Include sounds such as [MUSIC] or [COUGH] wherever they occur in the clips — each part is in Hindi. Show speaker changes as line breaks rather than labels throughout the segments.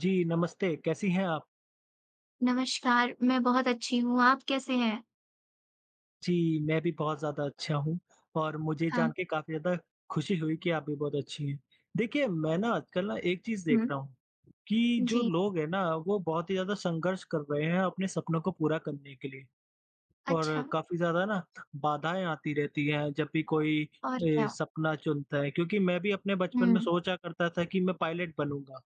जी, नमस्ते, कैसी हैं आप?
नमस्कार, मैं बहुत अच्छी हूँ, आप कैसे हैं?
जी, मैं भी बहुत ज़्यादा अच्छा हूँ और मुझे
हाँ,
जान के काफ़ी ज़्यादा खुशी हुई कि आप भी बहुत अच्छी हैं। देखिए, मैं ना आजकल ना एक चीज़
हुँ,
देख रहा हूँ कि जो
जी,
लोग हैं ना, वो बहुत ही ज़्यादा संघर्ष कर रहे हैं अपने सपनों को पूरा करने के लिए और
अच्छा,
काफ़ी ज़्यादा ना बाधाएँ आती रहती हैं जब भी कोई
और क्या?
सपना चुनता है क्योंकि मैं भी अपने बचपन
हुँ,
में सोचा करता था कि मैं पायलट बनूँगा।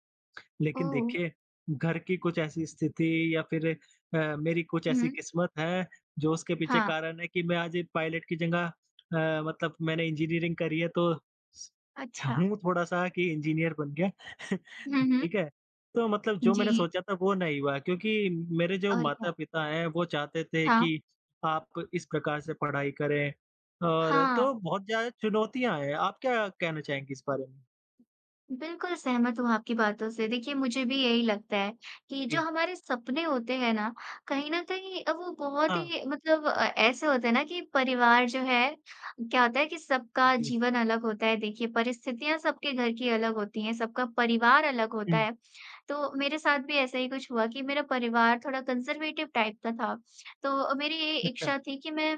लेकिन
ओह!
देखिए, घर की कुछ ऐसी स्थिति या फिर मेरी कुछ ऐसी
हुँ,
किस्मत है जो उसके पीछे
हाँ,
कारण है कि मैं आज पायलट की जगह मतलब मैंने इंजीनियरिंग करी है तो स
अच्छा,
हूँ थोड़ा-सा कि इंजीनियर बन गया। [LAUGHS]
हुँ, हुँ,
ठीक है? तो मतलब जो
जी,
मैंने सोचा था वो नहीं हुआ क्योंकि मेरे जो
और क्या?
माता-पिता हैं वो चाहते थे
हाँ,
कि आप इस प्रकार से पढ़ाई करें और
हाँ।
तो बहुत ज़्यादा चुनौतियाँ हैं। आप क्या कहना चाहेंगी इस बारे में?
बिल्कुल सहमत हूँ आपकी बातों से। देखिए मुझे भी यही लगता है कि जो
जी।
हमारे सपने होते हैं ना, कहीं न कहीं वो बहुत
हाँ,
ही मतलब ऐसे होते हैं ना कि परिवार जो है क्या होता है कि सबका
जी।
जीवन अलग होता है। देखिए परिस्थितियाँ सबके घर की अलग होती हैं, सबका परिवार अलग होता
हुँ,
है। तो मेरे साथ भी ऐसा ही कुछ हुआ कि मेरा परिवार थोड़ा कंज़र्वेटिव टाइप का था। तो मेरी ये
अच्छा।
इच्छा थी कि मैं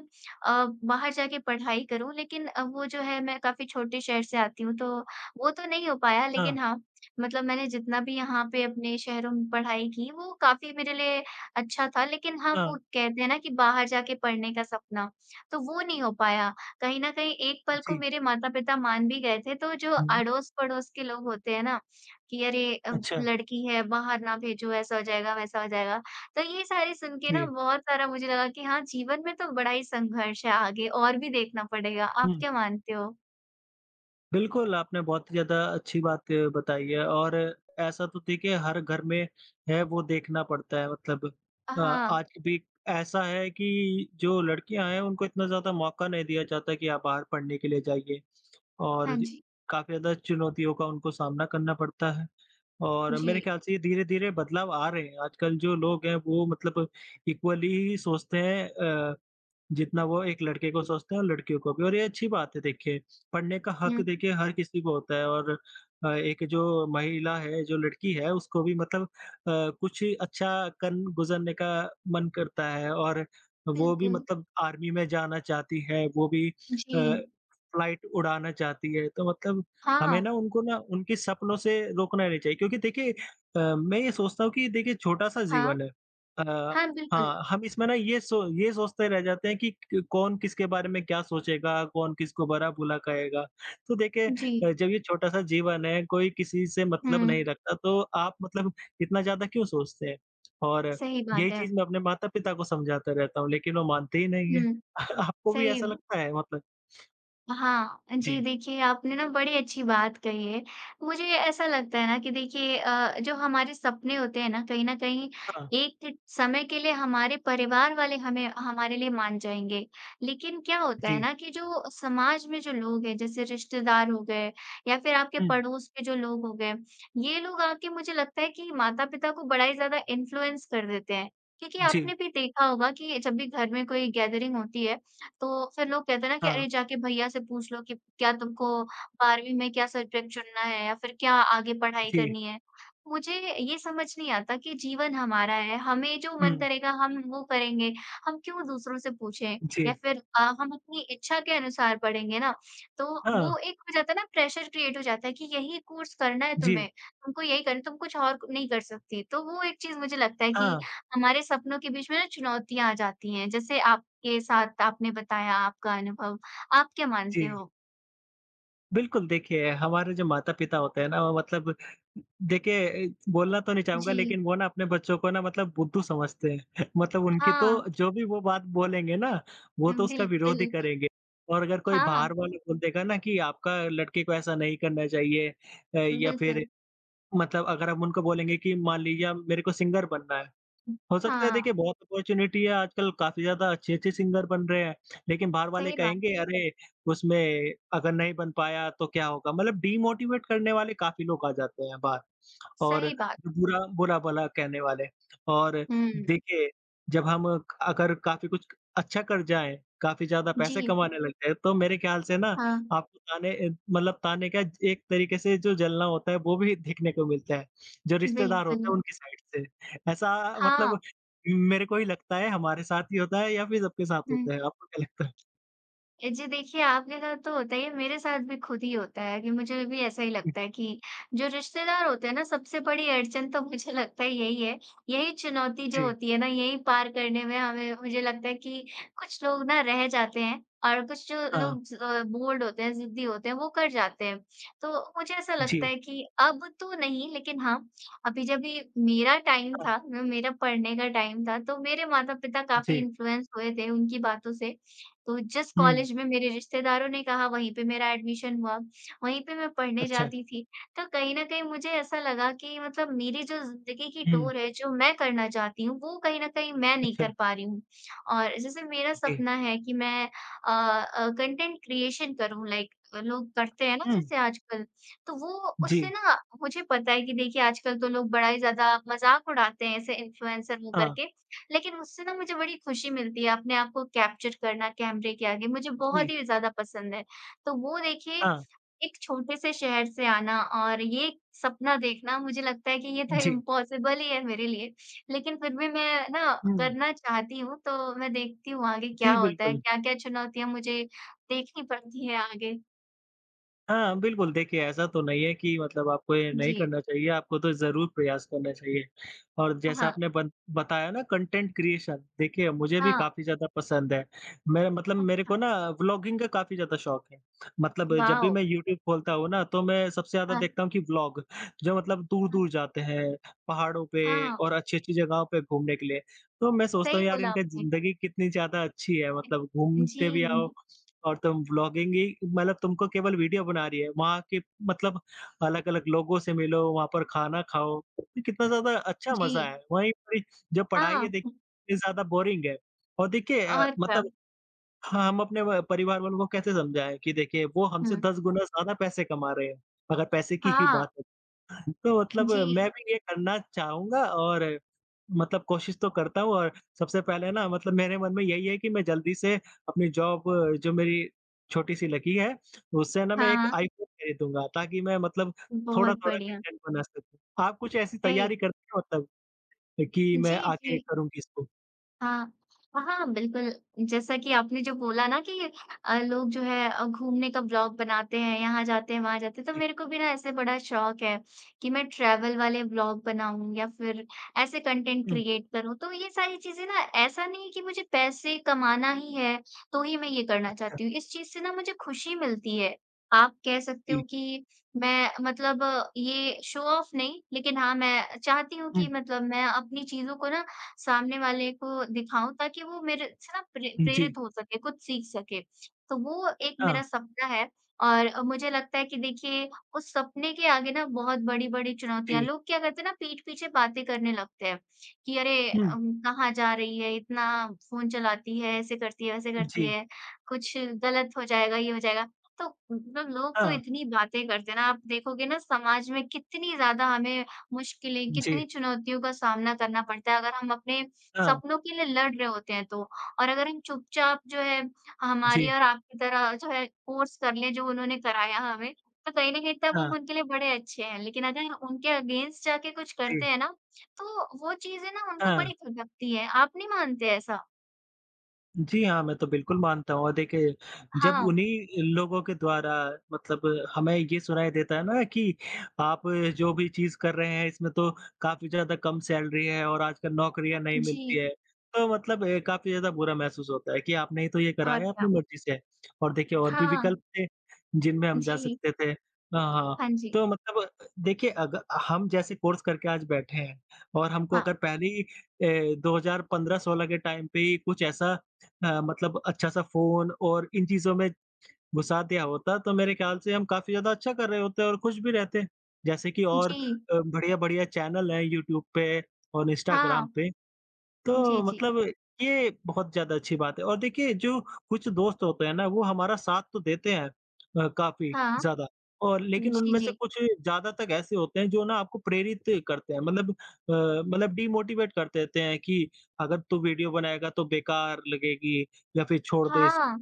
बाहर जाके पढ़ाई करूँ लेकिन वो जो है मैं काफ़ी छोटे शहर से आती हूँ तो वो तो नहीं हो पाया
हाँ,
लेकिन हाँ, मतलब मैंने जितना भी यहाँ पे अपने शहरों में पढ़ाई की वो काफ़ी मेरे लिए अच्छा था लेकिन हाँ, वो
हाँ,
कहते हैं ना कि बाहर जाके पढ़ने का सपना, तो वो नहीं हो पाया। कहीं न कहीं एक पल को
जी।
मेरे माता-पिता मान भी गए थे तो जो
हुँ,
अड़ोस-पड़ोस के लोग होते हैं ना, कि अरे
अच्छा,
लड़की है बाहर ना भेजो ऐसा हो जाएगा, वैसा हो जाएगा। तो ये सारे सुन के ना
जी।
बहुत सारा मुझे लगा कि हाँ, जीवन में तो बड़ा ही संघर्ष है आगे और भी देखना पड़ेगा। आप
हुँ,
क्या मानते हो?
बिल्कुल, आपने बहुत ही ज़्यादा अच्छी बात बताई है और ऐसा तो देखिए हर घर में है, वो देखना पड़ता है मतलब अ,
हाँ।
आज भी ऐसा है कि जो लड़कियाँ हैं, उनको इतना ज़्यादा मौका नहीं दिया जाता कि आप बाहर पढ़ने के लिए जाइए और
हाँ जी।
काफ़ी ज़्यादा चुनौतियों का उनको सामना करना पड़ता है और
जी।
मेरे ख्याल से ये धीरे-धीरे बदलाव आ रहे हैं। आजकल जो लोग हैं, वो मतलब इक्वली ही सोचते हैं जितना वो एक लड़के को सोचते हैं और लड़कियों को भी और ये अच्छी बात है देखिए, पढ़ने का हक
हुँ,
देखिए हर किसी को होता है और एक जो महिला है, जो लड़की है उसको भी मतलब कुछ अच्छा कन गुज़रने का मन करता है और वो भी
बिल्कुल।
मतलब आर्मी में जाना चाहती है, वो भी
जी।
फ्लाइट उड़ाना चाहती है, तो मतलब हमें
हाँ,
ना उनको ना उनके सपनों से रोकना नहीं चाहिए क्योंकि देखिए मैं ये सोचता हूँ कि देखिए छोटा-सा
हाँ,
जीवन है। अ
हाँ, बिल्कुल।
हाँ, हम इसमें ना ये सोचते रह जाते हैं कि क कौन किसके बारे में क्या सोचेगा, कौन किसको बुरा-भला कहेगा। तो देखिए
जी।
जब ये छोटा-सा जीवन है, कोई किसी से मतलब
हुँ,
नहीं रखता, तो आप मतलब इतना ज़्यादा क्यों सोचते हैं? और
सही
यही
बात है।
चीज़ मैं अपने माता-पिता को समझाता रहता हूँ, लेकिन वो मानते ही नहीं हैं।
हुँ,
[LAUGHS] आपको भी
सही
ऐसा लगता है मतलब?
हाँ, जी
जी,
देखिए आपने ना बड़ी अच्छी बात कही है। मुझे ऐसा लगता है ना कि देखिए जो हमारे सपने होते हैं ना कहीं न कहीं
हाँ,
एक समय के लिए हमारे परिवार वाले हमें हमारे लिए मान जाएँगे। लेकिन क्या होता है
जी,
ना कि जो समाज में जो लोग हैं जैसे रिश्तेदार हो गए या फिर आपके
हुँ,
पड़ोस के जो लोग हो गए, ये लोग आके मुझे लगता है कि माता-पिता को बड़ा ही ज़्यादा इन्फ्लुएंस कर देते हैं। क्योंकि
जी,
आपने भी देखा होगा कि जब भी घर में कोई गैदरिंग होती है, तो फिर लोग कहते हैं ना कि
हाँ,
अरे जाके भैया से पूछ लो कि क्या तुमको 12वीं में क्या सब्जेक्ट चुनना है या फिर क्या आगे पढ़ाई
जी,
करनी है। मुझे ये समझ नहीं आता कि जीवन हमारा है, हमें जो मन
हुँ,
करेगा हम वो करेंगे, हम क्यों दूसरों से पूछें या
जी,
फिर हम अपनी इच्छा के अनुसार पढ़ेंगे ना, तो
हाँ,
वो एक हो जाता है ना प्रेशर क्रिएट हो जाता है कि यही कोर्स करना है
जी,
तुम्हें, तुमको यही करना है, तुम कुछ और नहीं कर सकती। तो वो एक चीज़ मुझे लगता है कि
हाँ,
हमारे सपनों के बीच में ना चुनौतियाँ आ जाती हैं, जैसे आपके साथ आपने बताया आपका अनुभव, आप क्या मानते
जी।
हो?
बिल्कुल, देखिए हमारे जो माता-पिता होते हैं ना वो मतलब देखिए बोलना तो नहीं चाहूँगा
जी,
लेकिन वो ना अपने बच्चों को ना मतलब बुद्धू समझते हैं। [LAUGHS] मतलब उनकी तो
हाँ,
जो भी वो बात बोलेंगे ना, वो तो उसका
बिल्कुल,
विरोध ही करेंगे। और अगर कोई
हाँ,
बाहर वाला बोल देगा ना कि आपका लड़के को ऐसा नहीं करना चाहिए या फिर
बिल्कुल।
मतलब अगर हम उनको बोलेंगे कि मान लीजिए अब मेरे को सिंगर बनना है, हो सकता है
हाँ,
देखिए बहुत अपॉर्च्युनिटी है आजकल काफ़ी ज़्यादा अच्छे-अच्छे सिंगर बन रहे हैं, लेकिन बाहर वाले
सही बात,
कहेंगे अरे! उसमें अगर नहीं बन पाया तो क्या होगा? मतलब डिमोटिवेट करने वाले काफ़ी लोग आ जाते हैं बाहर। और
सही बात।
बुरा-भला कहने वाले और
हुँ,
देखिए, जब हम अगर काफ़ी कुछ अच्छा कर जाएँ, काफ़ी ज़्यादा पैसे
जी,
कमाने लग जाएँ, तो मेरे ख़्याल से ना
हाँ,
आपको ताने मतलब ताने का एक तरीक़े से जो जलना होता है, वो भी दिखने को मिलता है, जो रिश्तेदार होते
बिल्कुल,
हैं उनकी साइड से। ऐसा
हाँ,
मतलब मेरे को ही लगता है हमारे साथ ही होता है या फिर सबके साथ
हुँ।
होता है, आपको क्या लगता है?
जी देखिए, आपके साथ तो होता ही है, मेरे साथ भी खुद ही होता है कि मुझे भी ऐसा ही
हुँ,
लगता है कि जो रिश्तेदार होते हैं ना, सबसे बड़ी अड़चन तो मुझे [LAUGHS] लगता है। यही चुनौती जो
जी,
होती है ना, यही पार करने में हमें मुझे लगता है कि कुछ लोग ना रह जाते हैं और कुछ जो
हाँ,
लोग बोल्ड होते हैं, ज़िद्दी होते हैं, वो कर जाते हैं। तो मुझे ऐसा लगता
जी,
है कि अब तो नहीं, लेकिन हाँ, अभी जब भी मेरा टाइम
हाँ,
था, म मेरा पढ़ने का टाइम था, तो मेरे माता-पिता काफ़ी
जी,
इन्फ्लुएंस हुए थे उनकी बातों से तो जिस
हुँ,
कॉलेज में मेरे रिश्तेदारों ने कहा वहीं पे मेरा एडमिशन हुआ, वहीं पे मैं पढ़ने
अच्छा,
जाती थी। तो कहीं न कहीं मुझे ऐसा लगा कि मतलब मेरी जो ज़िंदगी की
हुँ,
टूर है, जो मैं करना चाहती हूँ, वो कहीं न कहीं मैं नहीं
अच्छा,
कर पा रही हूँ। और जैसे मेरा
जी,
सपना है कि मैं कंटेंट क्रिएशन करूँ लाइक लोग करते हैं ना
हुँ,
जैसे आजकल, तो वो
जी,
उससे ना मुझे पता है कि देखिए आजकल तो लोग बड़ा ही ज़्यादा मज़ाक उड़ाते हैं ऐसे इन्फ्लुएंसर होकर
हाँ।
के। लेकिन उससे ना मुझे बड़ी खुशी मिलती है, अपने आप को कैप्चर करना कैमरे के आगे, मुझे
जी,
बहुत ही ज़्यादा पसंद है। तो वो देखिए
हाँ,
एक छोटे से शहर से आना और ये सपना देखना मुझे लगता है कि ये तो
जी।
इम्पॉसिबल ही है मेरे लिए। लेकिन फिर भी मैं ना
हुँ।
करना चाहती हूँ, तो मैं देखती हूँ आगे क्या
जी,
होता है,
बिल्कुल।
क्या-क्या चुनौतियाँ मुझे देखनी पड़ती है आगे।
हाँ, बिल्कुल देखिए ऐसा तो नहीं है कि मतलब आपको ये नहीं
जी।
करना चाहिए, आपको तो ज़रूर प्रयास करना चाहिए। और जैसा
हाँ,
आपने बन बताया ना कंटेंट क्रिएशन देखिए मुझे भी
हाँ।
काफ़ी ज़्यादा पसंद है। मैं मतलब मेरे को
अच्छा,
ना व्लॉगिंग का काफ़ी ज़्यादा शौक है। मतलब जब भी
वॉव!
मैं यूट्यूब खोलता हूँ ना तो मैं सबसे ज़्यादा
हाँ,
देखता हूँ कि व्लॉग जो मतलब
हाँ,
दूर-दूर जाते हैं, पहाड़ों पे
हाँ,
और अच्छी-अच्छी जगहों पे घूमने के लिए। तो मैं सोचता
सही
हूँ यार
बोला
इनका
आपने।
ज़िंदगी कितनी ज़्यादा अच्छी है मतलब
जी,
घूमते भी आओ और तुम व्लॉगिंग ही मतलब तुमको केवल वीडियो बना रही है, वहाँ के मतलब अलग-अलग लोगों से मिलो, वहाँ पर खाना खाओ, तो कितना ज़्यादा अच्छा
जी।
मज़ा है। वहीं पर जो पढ़ाई है
हाँ।
देखिए ज़्यादा बोरिंग है और देखिए
और क्या।
मतलब हाँ, हम अपने व परिवार वालों को कैसे समझाएँ कि देखिए वो हमसे
हुँ।
10 गुना ज़्यादा पैसे कमा रहे हैं, अगर पैसे की ही
हाँ,
बात हो तो मतलब मैं
जी।
भी ये करना चाहूँगा और मतलब कोशिश तो करता हूँ और सबसे पहले ना मतलब मेरे मन में यही है कि मैं जल्दी से अपनी जॉब जो मेरी छोटी-सी लगी है, उससे ना मैं
हाँ,
एक
हाँ,
आईफ़ोन खरीदूँगा ताकि मैं मतलब
बहुत
थोड़ा-थोड़ा
बढ़िया।
कंटेंट बना सकूँ। आप कुछ ऐसी
सही।
तैयारी करते हैं मतलब कि मैं
जी,
आगे
जी।
करूँगी इसको?
हाँ। हाँ, बिल्कुल, जैसा कि आपने जो बोला ना कि लोग जो है घूमने का ब्लॉग बनाते हैं, यहाँ जाते हैं, वहाँ जाते हैं, तो
जी।
मेरे को भी ना ऐसे बड़ा शौक है कि मैं ट्रैवल वाले ब्लॉग बनाऊँ या फिर ऐसे कंटेंट
हुँ,
क्रिएट करूँ। तो ये सारी चीज़ें ना ऐसा नहीं है कि मुझे पैसे कमाना ही है, तो ही मैं ये करना
अच्छा,
चाहती हूँ। इस चीज़ से ना मुझे खुशी मिलती है। आप कह सकते
जी।
हो कि मैं मतलब ये शो ऑफ नहीं, लेकिन हाँ, मैं चाहती हूँ
हुँ,
कि मतलब मैं अपनी चीज़ों को ना सामने वाले को दिखाऊँ ताकि वो मेरे से ना प्रे
जी।
प्रेरित हो सके, कुछ सीख सके। तो वो एक
हाँ,
मेरा सपना है और मुझे लगता है कि देखिए उस सपने के आगे ना बहुत बड़ी-बड़ी चुनौतियाँ
जी।
लोग क्या करते हैं ना पीठ पीछे बातें करने लगते हैं कि अरे
हुँ,
कहाँ जा रही है? इतना फ़ोन चलाती है, ऐसे करती है, वैसे करती
जी।
है, कुछ गलत हो जाएगा, ये हो जाएगा। तो मतलब लोग तो
हाँ,
इतनी बातें करते हैं ना, आप देखोगे ना समाज में कितनी ज़्यादा हमें मुश्किलें,
जी।
कितनी चुनौतियों का सामना करना पड़ता है अगर हम अपने
हाँ,
सपनों के लिए लड़ रहे होते हैं तो। और अगर हम चुपचाप जो है
जी।
हमारी और आपकी तरह जो है कोर्स कर लें जो उन्होंने कराया हमें, तो कहीं न कहीं तब
हाँ,
हम उनके लिए बड़े अच्छे हैं। लेकिन अगर उनके अगेंस्ट जाके कुछ
जी। हाँ,
करते
जी।
हैं ना, तो वो चीज़ें ना उनको
हाँ।
बड़ी खटकती है। आप नहीं मानते ऐसा?
जी हाँ, मैं तो बिल्कुल मानता हूँ और देखिए जब
हाँ।
उन्हीं लोगों के द्वारा मतलब हमें ये सुनाई देता है ना कि आप जो भी चीज़ कर रहे हैं इसमें तो काफ़ी ज़्यादा कम सैलरी है और आजकल नौकरियाँ नहीं
जी,
मिलती है। तो मतलब काफ़ी ज़्यादा बुरा महसूस होता है कि आपने ही तो ये
और
कराया अपनी
क्या।
मर्ज़ी से और देखिए और भी
हाँ,
विकल्प थे जिनमें हम जा
जी।
सकते थे। हाँ, हाँ।
हाँ जी।
तो मतलब देखिए अग हम जैसे कोर्स करके आज बैठे हैं और हमको
हाँ,
अगर पहले ही 2015-16 के टाइम पे ही कुछ ऐसा मतलब अच्छा-सा फ़ोन और इन चीज़ों में घुसा दिया होता, तो मेरे ख़्याल से हम काफ़ी ज़्यादा अच्छा कर रहे होते और खुश भी रहते। जैसे कि और
जी।
बढ़िया-बढ़िया चैनल हैं यूट्यूब पे और इंस्टाग्राम
हाँ।
पे,
जी,
तो
जी।
मतलब ये बहुत ज़्यादा अच्छी बात है और देखिए जो कुछ दोस्त होते हैं ना, वो हमारा साथ तो देते हैं काफ़ी
हाँ।
ज़्यादा और लेकिन
जी,
उनमें से
जी।
कुछ ज़्यादा तक ऐसे होते हैं जो ना आपको प्रेरित करते हैं मतलब डिमोटिवेट कर देते हैं कि अगर तू वीडियो बनाएगा तो बेकार लगेगी या फिर छोड़ दे इस
हाँ।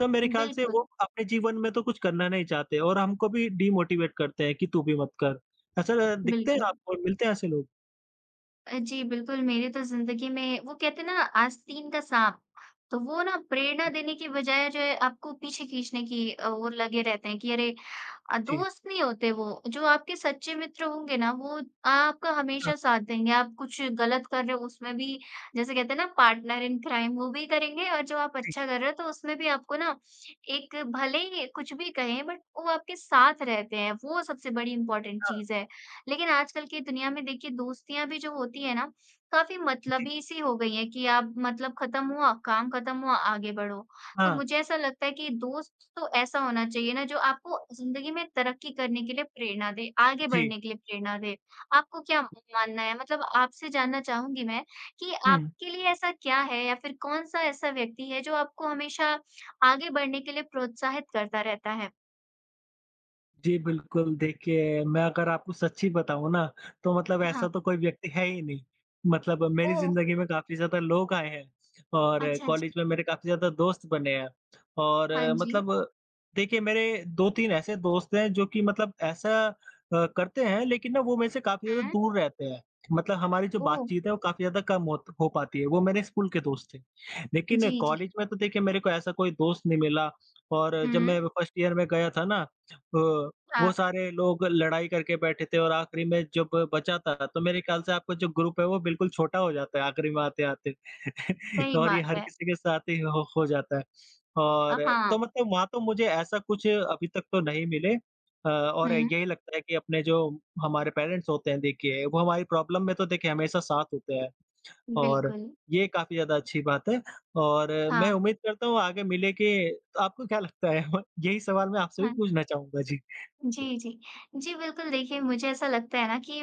तो मेरे ख्याल से वो
बिल्कुल,
अपने जीवन में तो कुछ करना नहीं चाहते और हमको भी डिमोटिवेट करते हैं कि तू भी मत कर। ऐसा दिखते हैं
बिल्कुल।
आपको और मिलते हैं ऐसे लोग?
जी, बिल्कुल मेरी तो ज़िंदगी में वो कहते हैं ना आस्तीन का साँप, तो वो ना प्रेरणा देने की बजाय जो है आपको पीछे खींचने की ओर लगे रहते हैं कि अरे,
जी।
दोस्त नहीं होते वो, जो आपके सच्चे मित्र होंगे ना वो आपका
हाँ,
हमेशा साथ देंगे। आप कुछ गलत कर रहे हो उसमें भी जैसे कहते हैं ना पार्टनर इन क्राइम वो भी करेंगे और जो आप
जी।
अच्छा कर रहे हो तो उसमें भी आपको ना एक भले ही कुछ भी कहें बट वो आपके साथ रहते हैं, वो सबसे बड़ी इम्पोर्टेंट
हाँ,
चीज़ है। लेकिन आजकल की दुनिया में देखिए दोस्तियाँ भी जो होती है ना, काफ़ी
जी।
मतलबी सी हो गई हैं कि आप मतलब खत्म हुआ, काम खत्म हुआ, आगे बढ़ो। तो
हाँ,
मुझे ऐसा लगता है कि दोस्त तो ऐसा होना चाहिए ना जो आपको ज़िंदगी में तरक्की करने के लिए प्रेरणा दे, आगे
जी।
बढ़ने के लिए प्रेरणा दे। आपको क्या मानना है? मतलब आपसे जानना चाहूँगी मैं कि
हुँ।
आपके लिए ऐसा क्या है या फिर कौन-सा ऐसा व्यक्ति है जो आपको हमेशा आगे बढ़ने के लिए प्रोत्साहित करता रहता है?
जी, बिल्कुल, देखिए मैं अगर आपको सच्ची बताऊँ ना, तो मतलब ऐसा
हाँ।
तो कोई व्यक्ति है ही नहीं। मतलब मेरी
ओह!
ज़िंदगी में काफ़ी ज़्यादा लोग आए हैं और
अच्छा, अच्छा।
कॉलेज में मेरे काफ़ी ज़्यादा दोस्त बने हैं और
हाँ जी।
मतलब देखिए मेरे 2-3 ऐसे दोस्त हैं जो कि मतलब ऐसा करते हैं लेकिन ना वो मेरे से काफ़ी ज़्यादा
हुँ।
दूर रहते हैं। मतलब हमारी जो
ओह!
बातचीत है वो काफ़ी ज़्यादा कम होत हो पाती है, वो मेरे स्कूल के दोस्त थे। लेकिन
जी, जी।
कॉलेज में तो देखिए मेरे को ऐसा कोई दोस्त नहीं मिला और जब
हुँ।
मैं फर्स्ट ईयर में गया था ना अ, वो
हाँ,
सारे लोग लड़ाई करके बैठे थे और आखिरी में जब बचा था, तो मेरे ख्याल से आपका जो ग्रुप है वो बिल्कुल छोटा हो जाता है आखिरी में आते-आते [LAUGHS]
सही
और ये
बात
हर
है।
किसी के साथ ही हो जाता है। और
हाँ।
तो मतलब वहाँ तो मुझे ऐसा कुछ अभी तक तो नहीं मिले और
हुँ,
यही लगता है कि अपने जो हमारे पेरेंट्स होते हैं देखिए, वो हमारी प्रॉब्लम में तो देखिए हमेशा साथ होते हैं और
बिल्कुल।
ये काफ़ी ज़्यादा अच्छी बात है और मैं
हाँ,
उम्मीद करता हूँ आगे मिले कि तो आपको क्या लगता है? [LAUGHS] यही सवाल मैं आपसे भी
हाँ।
पूछना चाहूँगा। जी।
जी, जी। जी, बिल्कुल देखिए मुझे ऐसा लगता है ना कि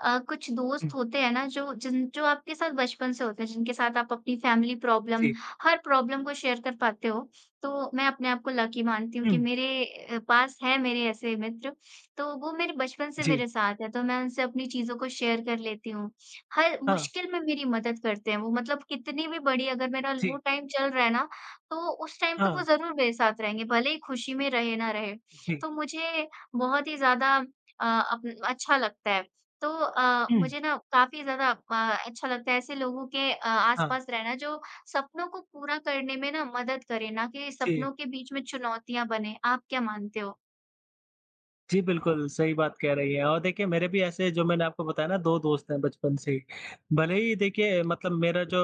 कुछ
हुँ,
दोस्त होते हैं ना जो आपके साथ बचपन से होते हैं, जिनके साथ आप अपनी फैमिली प्रॉब्लम,
जी,
हर प्रॉब्लम को शेयर कर पाते हो। तो मैं अपने आप को लकी मानती हूँ
हुँ,
कि मेरे पास हैं मेरे ऐसे मित्र, तो वो मेरे बचपन से
जी,
मेरे साथ हैं, तो मैं उनसे अपनी चीज़ों को शेयर कर लेती हूँ। हर
हाँ,
मुश्किल में मेरी मदद करते हैं वो मतलब कितनी भी बड़ी अगर मेरा लो
जी,
टाइम चल रहा है ना, तो उस टाइम तो
हाँ,
वो ज़रूर मेरे साथ रहेंगे, भले ही खुशी में रहे ना रहे।
जी,
तो मुझे बहुत ही ज़्यादा अ, अप अच्छा लगता है। तो
हुँ,
मुझे ना काफ़ी ज़्यादा अच्छा लगता है ऐसे लोगों के
हाँ,
आस-पास रहना जो सपनों को पूरा करने में ना मदद करे, ना कि
जी।
सपनों के बीच में चुनौतियाँ बने। आप क्या मानते हो?
जी, बिल्कुल, सही बात कह रही हैं और देखिए मेरे भी ऐसे जो मैंने आपको बताया ना 2 दोस्त हैं बचपन से ही। भले ही देखिए मतलब मेरा जो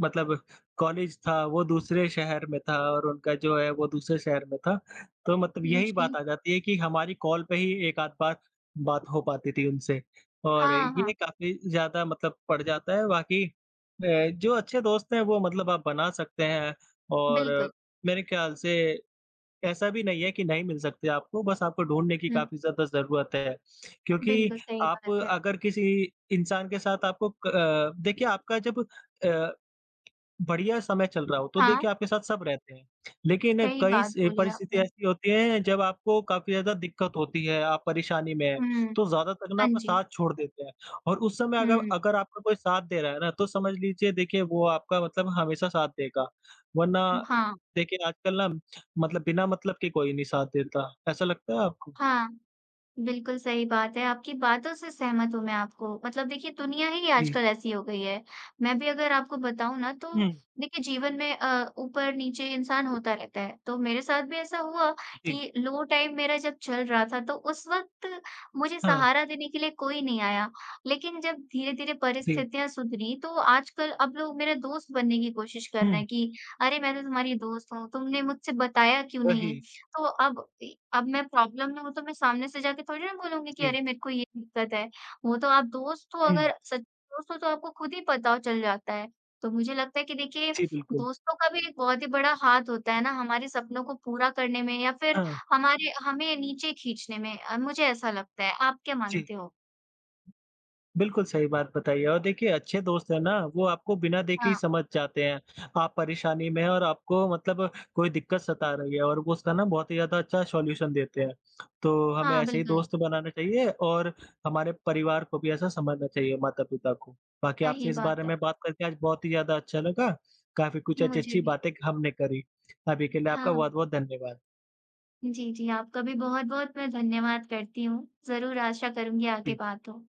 मतलब कॉलेज था वो दूसरे शहर में था और उनका जो है वो दूसरे शहर में था। तो मतलब यही
जी।
बात आ जाती है कि हमारी कॉल पे ही 1 आध बार बात हो पाती थी उनसे और
हाँ,
ये
हाँ,
काफ़ी ज़्यादा मतलब पड़ जाता है। बाकी जो अच्छे दोस्त हैं वो मतलब आप बना सकते हैं
बिल्कुल।
और मेरे ख्याल से ऐसा भी नहीं है कि नहीं मिल सकते आपको, बस आपको ढूँढने की
हुँ,
काफ़ी ज़्यादा ज़रूरत है। क्योंकि
बिल्कुल सही
आप
बात है।
अगर किसी इंसान के साथ आपको देखिए आपका जब अ, बढ़िया समय चल रहा हो, तो
हाँ,
देखिए आपके साथ सब रहते हैं। लेकिन
सही
कई
बात
स
बोली
परिस्थिति
आपने।
ऐसी होती है जब आपको काफ़ी ज़्यादा दिक्कत होती है, आप परेशानी में हैं,
हुँ,
तो ज़्यादातर ना
हाँ
आपका
जी।
साथ छोड़ देते हैं और उस समय अगर
हुँ,
अगर आपका कोई साथ दे रहा है ना, तो समझ लीजिए देखिए वो आपका मतलब हमेशा साथ देगा। वरना
हाँ,
देखिए आजकल ना मतलब बिना मतलब के कोई नहीं साथ देता, ऐसा लगता है आपको?
हाँ। बिल्कुल सही बात है। आपकी बातों से सहमत हूँ मैं आपको। मतलब देखिए दुनिया ही
जी।
आजकल ऐसी हो गई है। मैं भी अगर आपको बताऊँ ना तो
हुँ,
देखिए जीवन में ऊपर-नीचे इंसान होता रहता है। तो मेरे साथ भी ऐसा हुआ
जी।
कि लो टाइम मेरा जब चल रहा था तो उस वक़्त मुझे
हाँ,
सहारा देने के लिए कोई नहीं आया। लेकिन जब धीरे-धीरे
जी।
परिस्थितियाँ सुधरी तो आजकल अब लोग मेरा दोस्त बनने की कोशिश कर
हुँ,
रहे हैं कि अरे! मैं तो तुम्हारी दोस्त हूँ, तुमने मुझसे बताया क्यों
वही।
नहीं? तो अब इ अब मैं प्रॉब्लम में हूँ तो मैं सामने से जाके थोड़ी ना बोलूँगी कि
जी।
अरे मेरे को ये दिक्कत है। वो तो आप दोस्त हो
हुँ,
अगर सच्चे दोस्त हो तो आपको खुद ही पता चल जाता है। तो मुझे लगता है कि देखिए
जी बिल्कुल।
दोस्तों का भी एक बहुत ही बड़ा हाथ होता है ना हमारे सपनों को पूरा करने में या फ़िर
हाँ,
हमारे हमें नीचे खींचने में मुझे ऐसा लगता है। आप क्या
जी।
मानते हो?
बिल्कुल सही बात बताई है और देखिए अच्छे दोस्त हैं ना, वो आपको बिना देखे ही
हाँ,
समझ जाते हैं। आप परेशानी में हैं और आपको मतलब कोई दिक्कत सता रही है और वो उसका ना बहुत ही ज़्यादा अच्छा सॉल्यूशन देते हैं। तो हमें
हाँ
ऐसे ही
बिल्कुल,
दोस्त बनाना चाहिए और हमारे परिवार को भी ऐसा समझना चाहिए, माता-पिता को। बाकी आपसे
सही
इस बारे
बात है।
में बात करके आज बहुत ही ज़्यादा अच्छा लगा। काफ़ी कुछ
मुझे
अच्छी-अच्छी
भी।
बातें हमने करी। अभी के लिए आपका
हाँ।
बहुत-बहुत धन्यवाद।
जी, जी। आपका भी बहुत-बहुत मैं धन्यवाद करती हूँ। ज़रूर आशा करूँगी आगे बात हो।